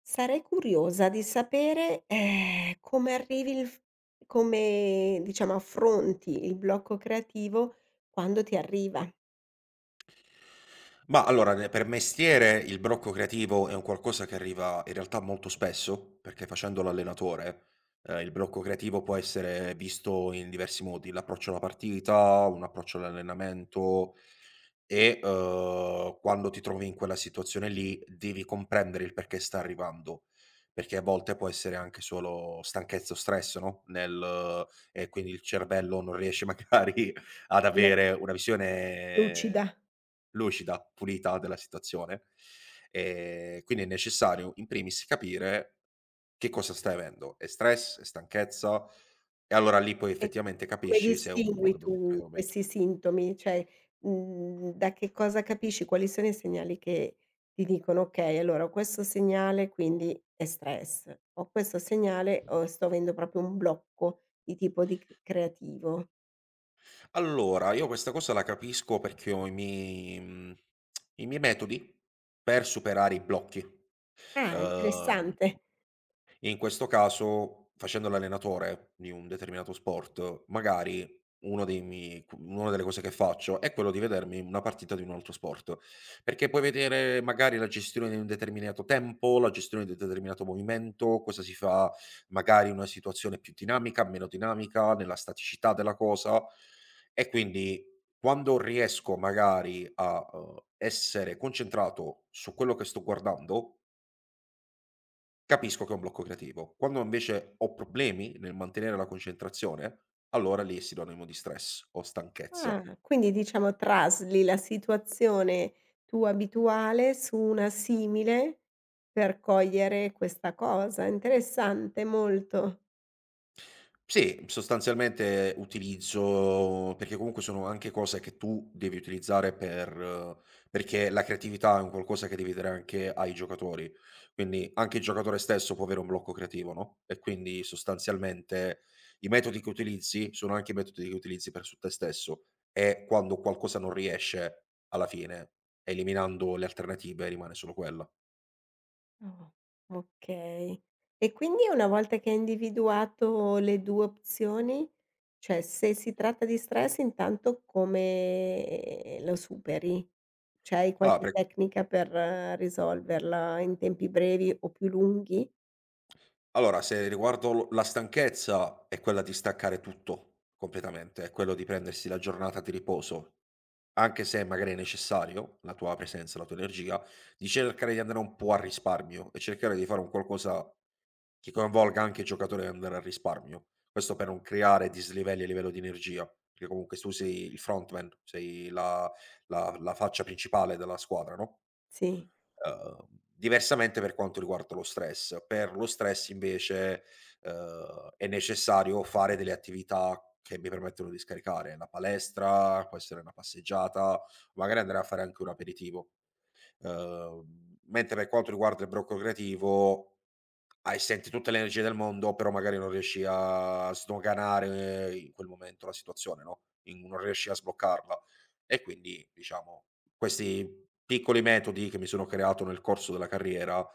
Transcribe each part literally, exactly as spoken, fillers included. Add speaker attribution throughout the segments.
Speaker 1: Sarei curiosa di sapere, ehm, come arrivi il f come diciamo affronti il blocco creativo quando ti arriva.
Speaker 2: Ma allora, ne per mestiere il blocco creativo è un qualcosa che arriva in realtà molto spesso, perché facendo l'allenatore, ehm, il blocco creativo può essere visto in diversi modi, l'approccio alla partita, un approccio all'allenamento e, uhm, quando ti trovi in quella situazione lì devi comprendere il perché sta arrivando, perché a volte può essere anche solo stanchezza o stress, no, nel eh, e quindi il cervello non riesce magari ad
Speaker 1: Me
Speaker 2: avere una visione
Speaker 1: lucida.
Speaker 2: lucida, pulita della situazione. Ehm, quindi è necessario in primis capire che cosa stai avendo: è stress, è stanchezza? E allora lì poi
Speaker 1: E qui
Speaker 2: effettivamente
Speaker 1: come
Speaker 2: capisci se è un blocco
Speaker 1: distingui tu
Speaker 2: emotivo o meno.
Speaker 1: questi sintomi? Cioè, mhmm, da che cosa capisci? Quali sono i segnali che ti dicono: "Okay, allora ho questo segnale, quindi è stress. Ho questo segnale, o sto avendo proprio un blocco di tipo di c creativo."
Speaker 2: Allora, io questa cosa la capisco perché ho i miei mhmm, i miei metodi per superare i blocchi.
Speaker 1: Ah,
Speaker 2: Uhm
Speaker 1: interessante.
Speaker 2: In questo caso, facendo l'allenatore di un determinato sport, magari uno dei mi cu una delle cose che faccio è quello di vedermi una partita di un altro sport, perché puoi vedere magari la gestione di un determinato tempo, la gestione di un determinato movimento, cosa si fa magari in una situazione più dinamica, meno dinamica, nella staticità della cosa. E quindi quando riesco magari a, uhm, essere concentrato su quello che sto guardando. Capisco che è un blocco creativo. Quando invece ho problemi nel mantenere la concentrazione, allora lì è sinonimo di stress o stanchezza.
Speaker 1: Ah, quindi diciamo trasli la situazione tua abituale su una simile per cogliere questa cosa. Interessante, molto.
Speaker 2: Sì, sostanzialmente utilizzo perché comunque sono anche cose che tu devi utilizzare per eh, perché la creatività è un qualcosa che devi dare anche ai giocatori. Quindi anche il giocatore stesso può avere un blocco creativo, no, e quindi sostanzialmente i metodi che utilizzi sono anche i metodi che utilizzi per su te stesso e quando qualcosa non riesce alla fine eliminando le alternative rimane solo quella.
Speaker 1: Oh. Okay. E quindi una volta che hai individuato le due opzioni, cioè se si tratta di stress intanto come lo superi? Cioè hai
Speaker 2: Allora
Speaker 1: qualche
Speaker 2: per
Speaker 1: tecnica per eh, risolverla in tempi brevi o più lunghi?
Speaker 2: Allora, se riguardo l la stanchezza è quella di staccare tutto completamente, è quello di prendersi la giornata di riposo, anche se magari è necessario la tua presenza, la tua energia, di cercare di andare un po' al risparmio e cercare di fare un qualcosa che coinvolga anche il giocatore e andare al risparmio. Questo per non creare dislivelli a livello di energia, perché comunque tu sei il frontman, sei la la la faccia principale della squadra, no?
Speaker 1: Sì.
Speaker 2: Uhm, diversamente per quanto riguarda lo stress. Per lo stress invece, uhm, è necessario fare delle attività che mi permettono di scaricare. La palestra, può essere una passeggiata, magari andare a fare anche un aperitivo. Uhm, mentre per quanto riguarda il blocco creativo, hai senti tutte le energie del mondo, però magari non riesci a sdoganare eh, in quel momento la situazione, no, in non riesci a sbloccarla. E quindi, diciamo, questi piccoli metodi che mi sono creato nel corso della carriera,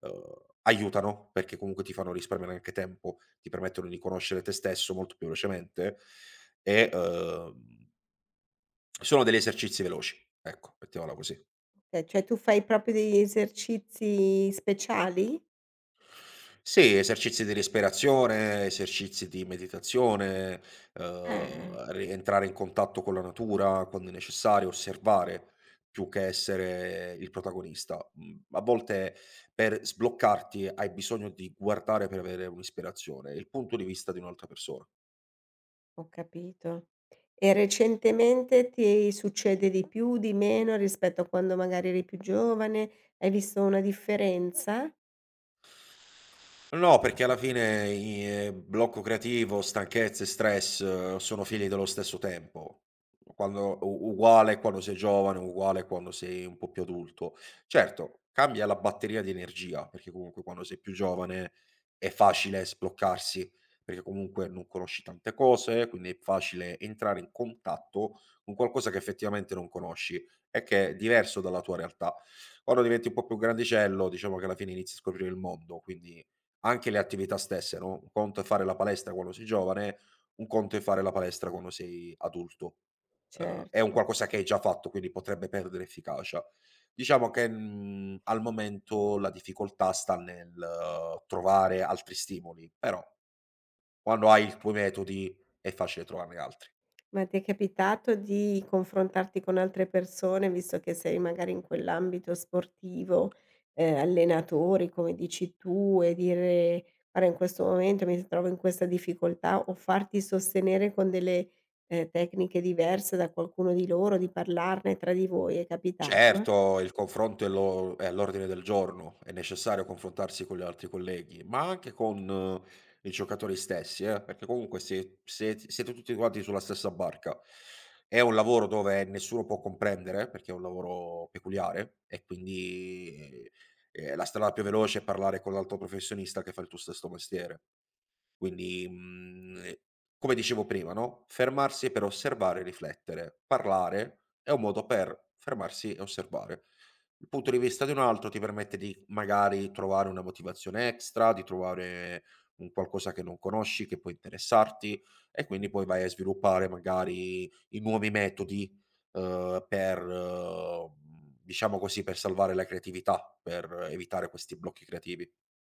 Speaker 2: uhm, aiutano, perché comunque ti fanno risparmiare anche tempo, ti permettono di conoscere te stesso molto più velocemente e, uhm sono degli esercizi veloci, ecco, mettiamola così.
Speaker 1: Okay, cioè tu fai proprio degli esercizi speciali?
Speaker 2: Sì, esercizi di respirazione, esercizi di meditazione,
Speaker 1: Eh.
Speaker 2: uhm, rientrare in contatto con la natura quando è necessario, osservare più che essere il protagonista. Mhmm, a volte per sbloccarti hai bisogno di guardare per avere un'ispirazione, il punto di vista di un'altra persona.
Speaker 1: Ho capito. E recentemente ti succede di più, di meno rispetto a quando magari eri più giovane? Hai visto una differenza?
Speaker 2: No, perché alla fine i ehm, blocco creativo, stanchezza e stress eh, sono figli dello stesso tempo. Quando u uguale quando sei giovane, uguale quando sei un po' più adulto. Certo, cambia la batteria di energia, perché comunque quando sei più giovane è facile sbloccarsi, perché comunque non conosci tante cose, quindi è facile entrare in contatto con qualcosa che effettivamente non conosci e che è diverso dalla tua realtà. Quando diventi un po' più grandicello, diciamo che alla fine inizi a scoprire il mondo, quindi anche le attività stesse, no, un conto è fare la palestra quando sei giovane, un conto è fare la palestra quando sei adulto. Uhm, è un
Speaker 1: Certo.
Speaker 2: qualcosa che hai già fatto, quindi potrebbe perdere efficacia. Diciamo che, mhmm, al momento la difficoltà sta nel eh, trovare altri stimoli, però quando hai i tuoi metodi è facile trovarne altri.
Speaker 1: Ma ti è capitato di confrontarti con altre persone, visto che sei magari in quell'ambito sportivo, ehm, allenatori come dici tu e dire: "Guarda in questo momento mi trovo in questa difficoltà" o farti sostenere con delle, ehm, tecniche diverse da qualcuno di loro, di parlarne tra di voi, è capitato?
Speaker 2: Certo, il confronto è lo è all'ordine del giorno, è necessario confrontarsi con gli altri colleghi, ma anche con eh, i giocatori stessi, eh, perché comunque sie sie siete tutti quanti sulla stessa barca. È un lavoro dove nessuno può comprendere, perché è un lavoro peculiare e quindi, ehm, la strada più veloce è parlare con l'altro professionista che fa il tuo stesso mestiere. Quindi, mhmm, eh, come dicevo prima, no, fermarsi per osservare e riflettere. Parlare è un modo per fermarsi e osservare. Il punto di vista di un altro ti permette di magari trovare una motivazione extra, di trovare un qualcosa che non conosci, che può interessarti e quindi poi vai a sviluppare magari i nuovi metodi, uhm, per mhmm, diciamo così, per salvare la creatività, per evitare questi blocchi creativi.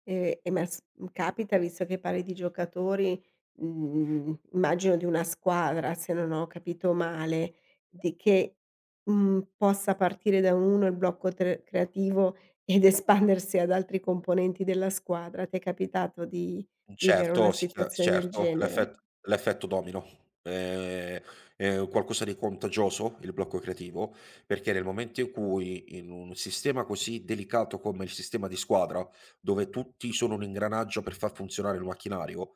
Speaker 1: Ehm, e ma s mhmm, capita, visto che parli di giocatori, mhmm, immagino di una squadra, se non ho capito male, di che, mhmm, possa partire da uno il blocco tre creativo ed espandersi ad altri componenti della squadra. Ti è capitato di vivere una
Speaker 2: Certo, sì, chiar
Speaker 1: situazione del
Speaker 2: certo,
Speaker 1: genere?
Speaker 2: l'effet l'effetto domino. Ehm, è qualcosa di contagioso il blocco creativo, perché nel momento in cui in un sistema così delicato come il sistema di squadra, dove tutti sono un ingranaggio per far funzionare il macchinario,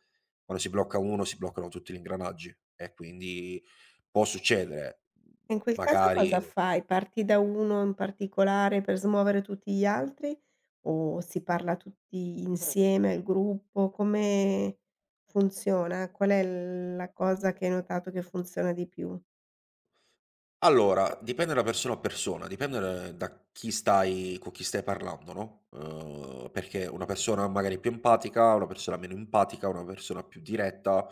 Speaker 2: quando si blocca uno si bloccano tutti gli ingranaggi e quindi può succedere,
Speaker 1: In quel caso cosa
Speaker 2: magari.
Speaker 1: fai? Parti da uno in particolare per smuovere tutti gli altri o si parla tutti insieme, il gruppo? Come funziona? Qual è l la cosa che hai notato che funziona di più?
Speaker 2: Allora, dipende da persona a persona, dipende da da chi stai con chi stai parlando, no, uhm, perché una persona magari più empatica, una persona meno empatica, una persona più diretta.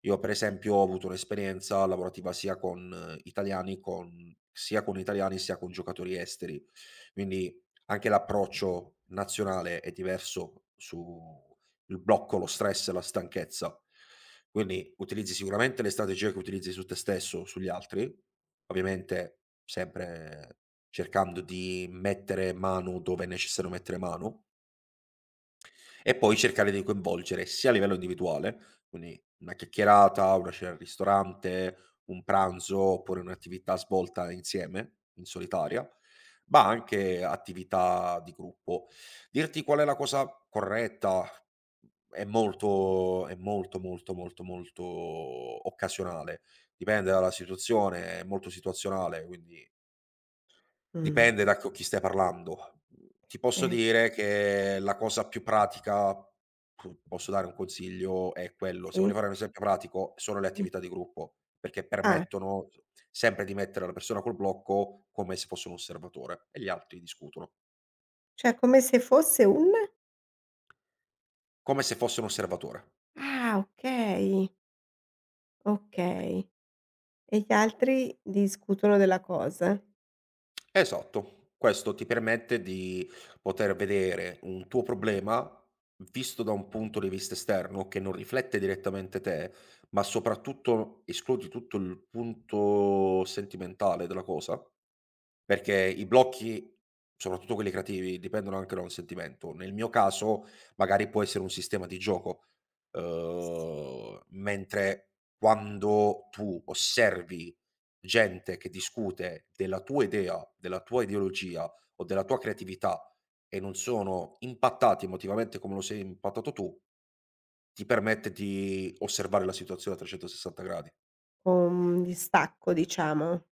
Speaker 2: Io per esempio ho avuto un'esperienza lavorativa sia con eh, italiani con sia con italiani, sia con giocatori esteri, quindi anche l'approccio nazionale è diverso su il blocco, lo stress, e la stanchezza. Quindi utilizzi sicuramente le strategie che utilizzi su te stesso, sugli altri, ovviamente sempre cercando di mettere mano dove è necessario mettere mano. E poi cercare di coinvolgere sia a livello individuale, quindi una chiacchierata, una cena al ristorante, un pranzo oppure un'attività svolta insieme, in solitaria, ma anche attività di gruppo. Dirti qual è la cosa corretta è molto è molto, molto, molto, molto occasionale. Dipende dalla situazione, è molto situazionale, quindi
Speaker 1: Mh,
Speaker 2: dipende da co chi stai parlando. Mhmm, ti posso
Speaker 1: eh,
Speaker 2: dire che la cosa più pratica, pu posso dare un consiglio, è quello. Se
Speaker 1: sì,
Speaker 2: voglio fare un esempio pratico, sono le
Speaker 1: sì.
Speaker 2: attività di gruppo, perché
Speaker 1: Ah,
Speaker 2: permettono s sempre di mettere la persona col blocco come se fosse un osservatore e gli altri discutono,
Speaker 1: cioè come se fosse un
Speaker 2: come se fosse un osservatore.
Speaker 1: ah, okay, okay. E gli altri discutono della cosa
Speaker 2: Esatto, questo ti permette di poter vedere un tuo problema visto da un punto di vista esterno che non riflette direttamente te, ma soprattutto escludi tutto il punto sentimentale della cosa, perché i blocchi, soprattutto quelli creativi, dipendono anche da un sentimento. Nel mio caso, magari può essere un sistema di gioco, ehm, mentre quando tu osservi gente che discute della tua idea, della tua ideologia o della tua creatività e non sono impattati emotivamente come lo sei impattato tu, ti permette di osservare la situazione a trecentosessanta gradi.
Speaker 1: con distacco, diciamo.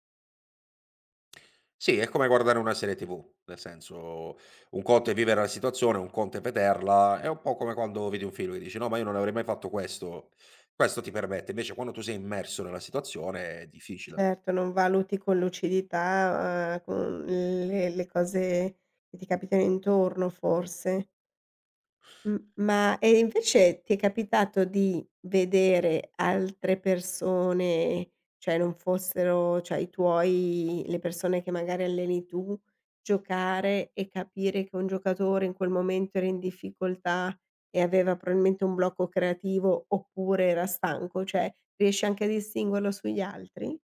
Speaker 2: Sì, è come guardare una serie ti vu, nel senso, un conto è vivere la situazione, un conto è vederla, è un po' come quando vedi un film e dici: "No, ma io non avrei mai fatto questo". Questo ti permette, invece quando tu sei immerso nella situazione è difficile.
Speaker 1: Certo, non valuti con lucidità, uhm, con le le cose che ti capitano intorno forse. M ma e invece ti è capitato di vedere altre persone, cioè non fossero cioè i tuoi le persone che magari alleni tu, giocare e capire che un giocatore in quel momento era in difficoltà e aveva probabilmente un blocco creativo oppure era stanco? Cioè riesci anche a distinguerlo sugli altri?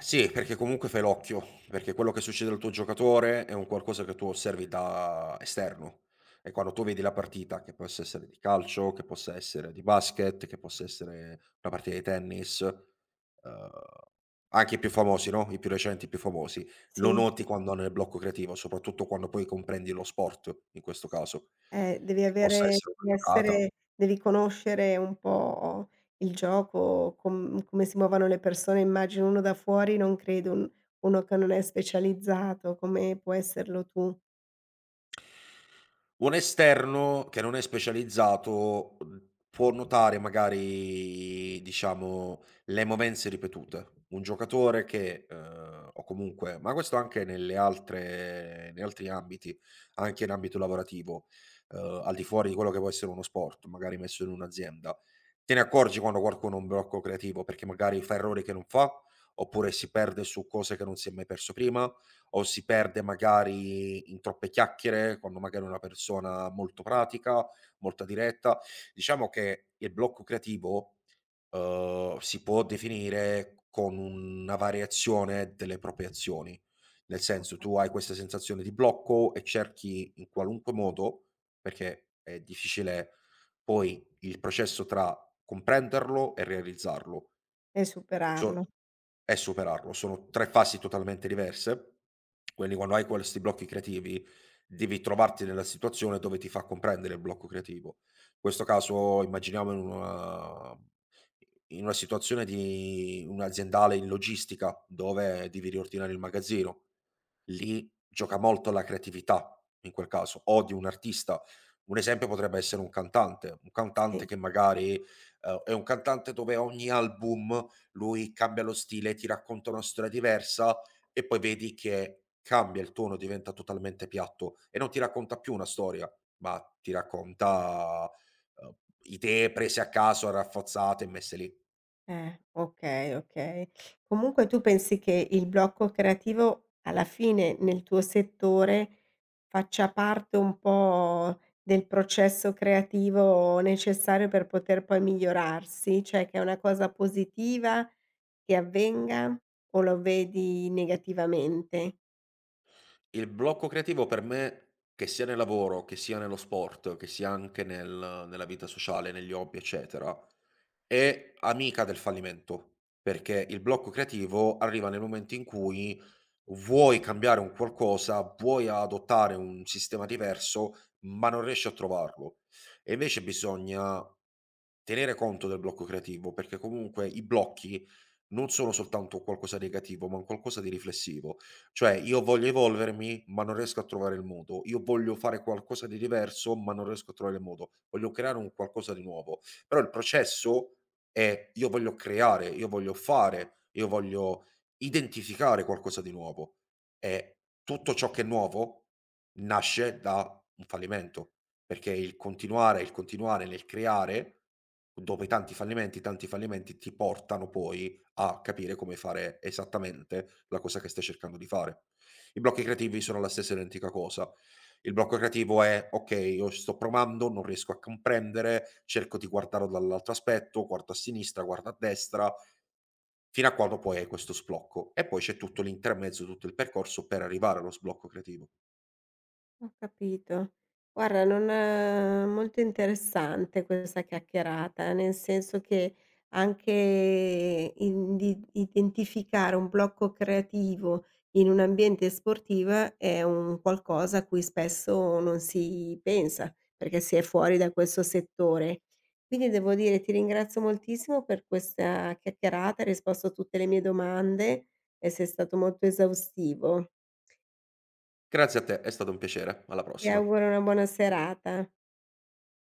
Speaker 2: Sì, perché comunque fai l'occhio, perché quello che succede al tuo giocatore è un qualcosa che tu osservi da esterno e quando tu vedi la partita, che possa essere di calcio, che possa essere di basket, che possa essere una partita di tennis, ehm, anche i più famosi, no, i più recenti, i più famosi, lo
Speaker 1: Sì.
Speaker 2: noti quando hanno il blocco creativo, soprattutto quando poi comprendi lo sport in questo caso,
Speaker 1: Eh, devi
Speaker 2: che possa
Speaker 1: avere
Speaker 2: essere una
Speaker 1: devi
Speaker 2: giocata.
Speaker 1: essere devi conoscere un po' il gioco, com come si muovono le persone. Immagino uno da fuori, non credo, un uno che non è specializzato come puoi esserlo tu
Speaker 2: Un esterno che non è specializzato, mhmm, può notare magari, diciamo, le movenze ripetute. Un giocatore che, uhm, o comunque ma questo anche nelle altre in altri ambiti, anche in ambito lavorativo, uhm, al di fuori di quello che può essere uno sport, magari messo in un'azienda, te ne accorgi quando qualcuno ha un blocco creativo, perché magari fa errori che non fa, oppure si perde su cose che non si è mai perso prima, o si perde magari in troppe chiacchiere, quando magari è una persona molto pratica, molto diretta. Diciamo che il blocco creativo, uhm, si può definire con una variazione delle proprie azioni. Nel senso, tu hai questa sensazione di blocco e cerchi in qualunque modo, perché è difficile poi il processo tra comprenderlo e realizzarlo.
Speaker 1: e superarlo.
Speaker 2: So e superarlo. Sono tre fasi totalmente diverse, quindi quando hai questi blocchi creativi, devi trovarti nella situazione dove ti fa comprendere il blocco creativo. In questo caso immaginiamo in una in una situazione di un aziendale in logistica, dove devi riordinare il magazzino. Lì gioca molto la creatività, in quel caso, o di un artista. Un esempio potrebbe essere un cantante, un cantante
Speaker 1: Sì.
Speaker 2: che magari, ehm, è un cantante dove ogni album lui cambia lo stile, ti racconta una storia diversa e poi vedi che cambia il tono, diventa totalmente piatto e non ti racconta più una storia, ma ti racconta eh, idee prese a caso, rafforzate e messe lì.
Speaker 1: Eh, okay, okay. Comunque tu pensi che il blocco creativo alla fine nel tuo settore faccia parte un po' del processo creativo necessario per poter poi migliorarsi? Cioè che è una cosa positiva che avvenga o lo vedi negativamente?
Speaker 2: Il blocco creativo per me, che sia nel lavoro, che sia nello sport, che sia anche nel- nella vita sociale, negli hobby, eccetera, è amica del fallimento, perché il blocco creativo arriva nel momento in cui vuoi cambiare un qualcosa, vuoi adottare un sistema diverso, ma non riesci a trovarlo. E invece bisogna tenere conto del blocco creativo, perché comunque i blocchi non sono soltanto qualcosa di negativo, ma un qualcosa di riflessivo. Cioè, io voglio evolvermi, ma non riesco a trovare il modo. Io voglio fare qualcosa di diverso, ma non riesco a trovare il modo. Voglio creare un qualcosa di nuovo. Però il processo e io voglio creare, io voglio fare, io voglio identificare qualcosa di nuovo e tutto ciò che è nuovo nasce da un fallimento, perché il continuare, il continuare nel creare, dopo i tanti fallimenti, tanti fallimenti ti portano poi a capire come fare esattamente la cosa che stai cercando di fare. I blocchi creativi sono la stessa identica cosa. Il blocco creativo è: "Okay, io sto provando, non riesco a comprendere, cerco di guardarlo dall'altro aspetto, guardo a sinistra, guardo a destra", fino a quando poi hai questo sblocco. E poi c'è tutto l'intermezzo, tutto il percorso per arrivare allo sblocco creativo.
Speaker 1: Ho capito. Guarda, non è molto interessante questa chiacchierata, nel senso che anche in di identificare un blocco creativo in un ambiente sportiva è un qualcosa a cui spesso non si pensa, perché si è fuori da questo settore. Quindi devo dire, ti ringrazio moltissimo per questa chiacchierata, hai risposto a tutte le mie domande e sei stato molto esaustivo.
Speaker 2: Grazie a te, è stato un piacere. Alla
Speaker 1: Ti
Speaker 2: prossima.
Speaker 1: auguro una buona serata.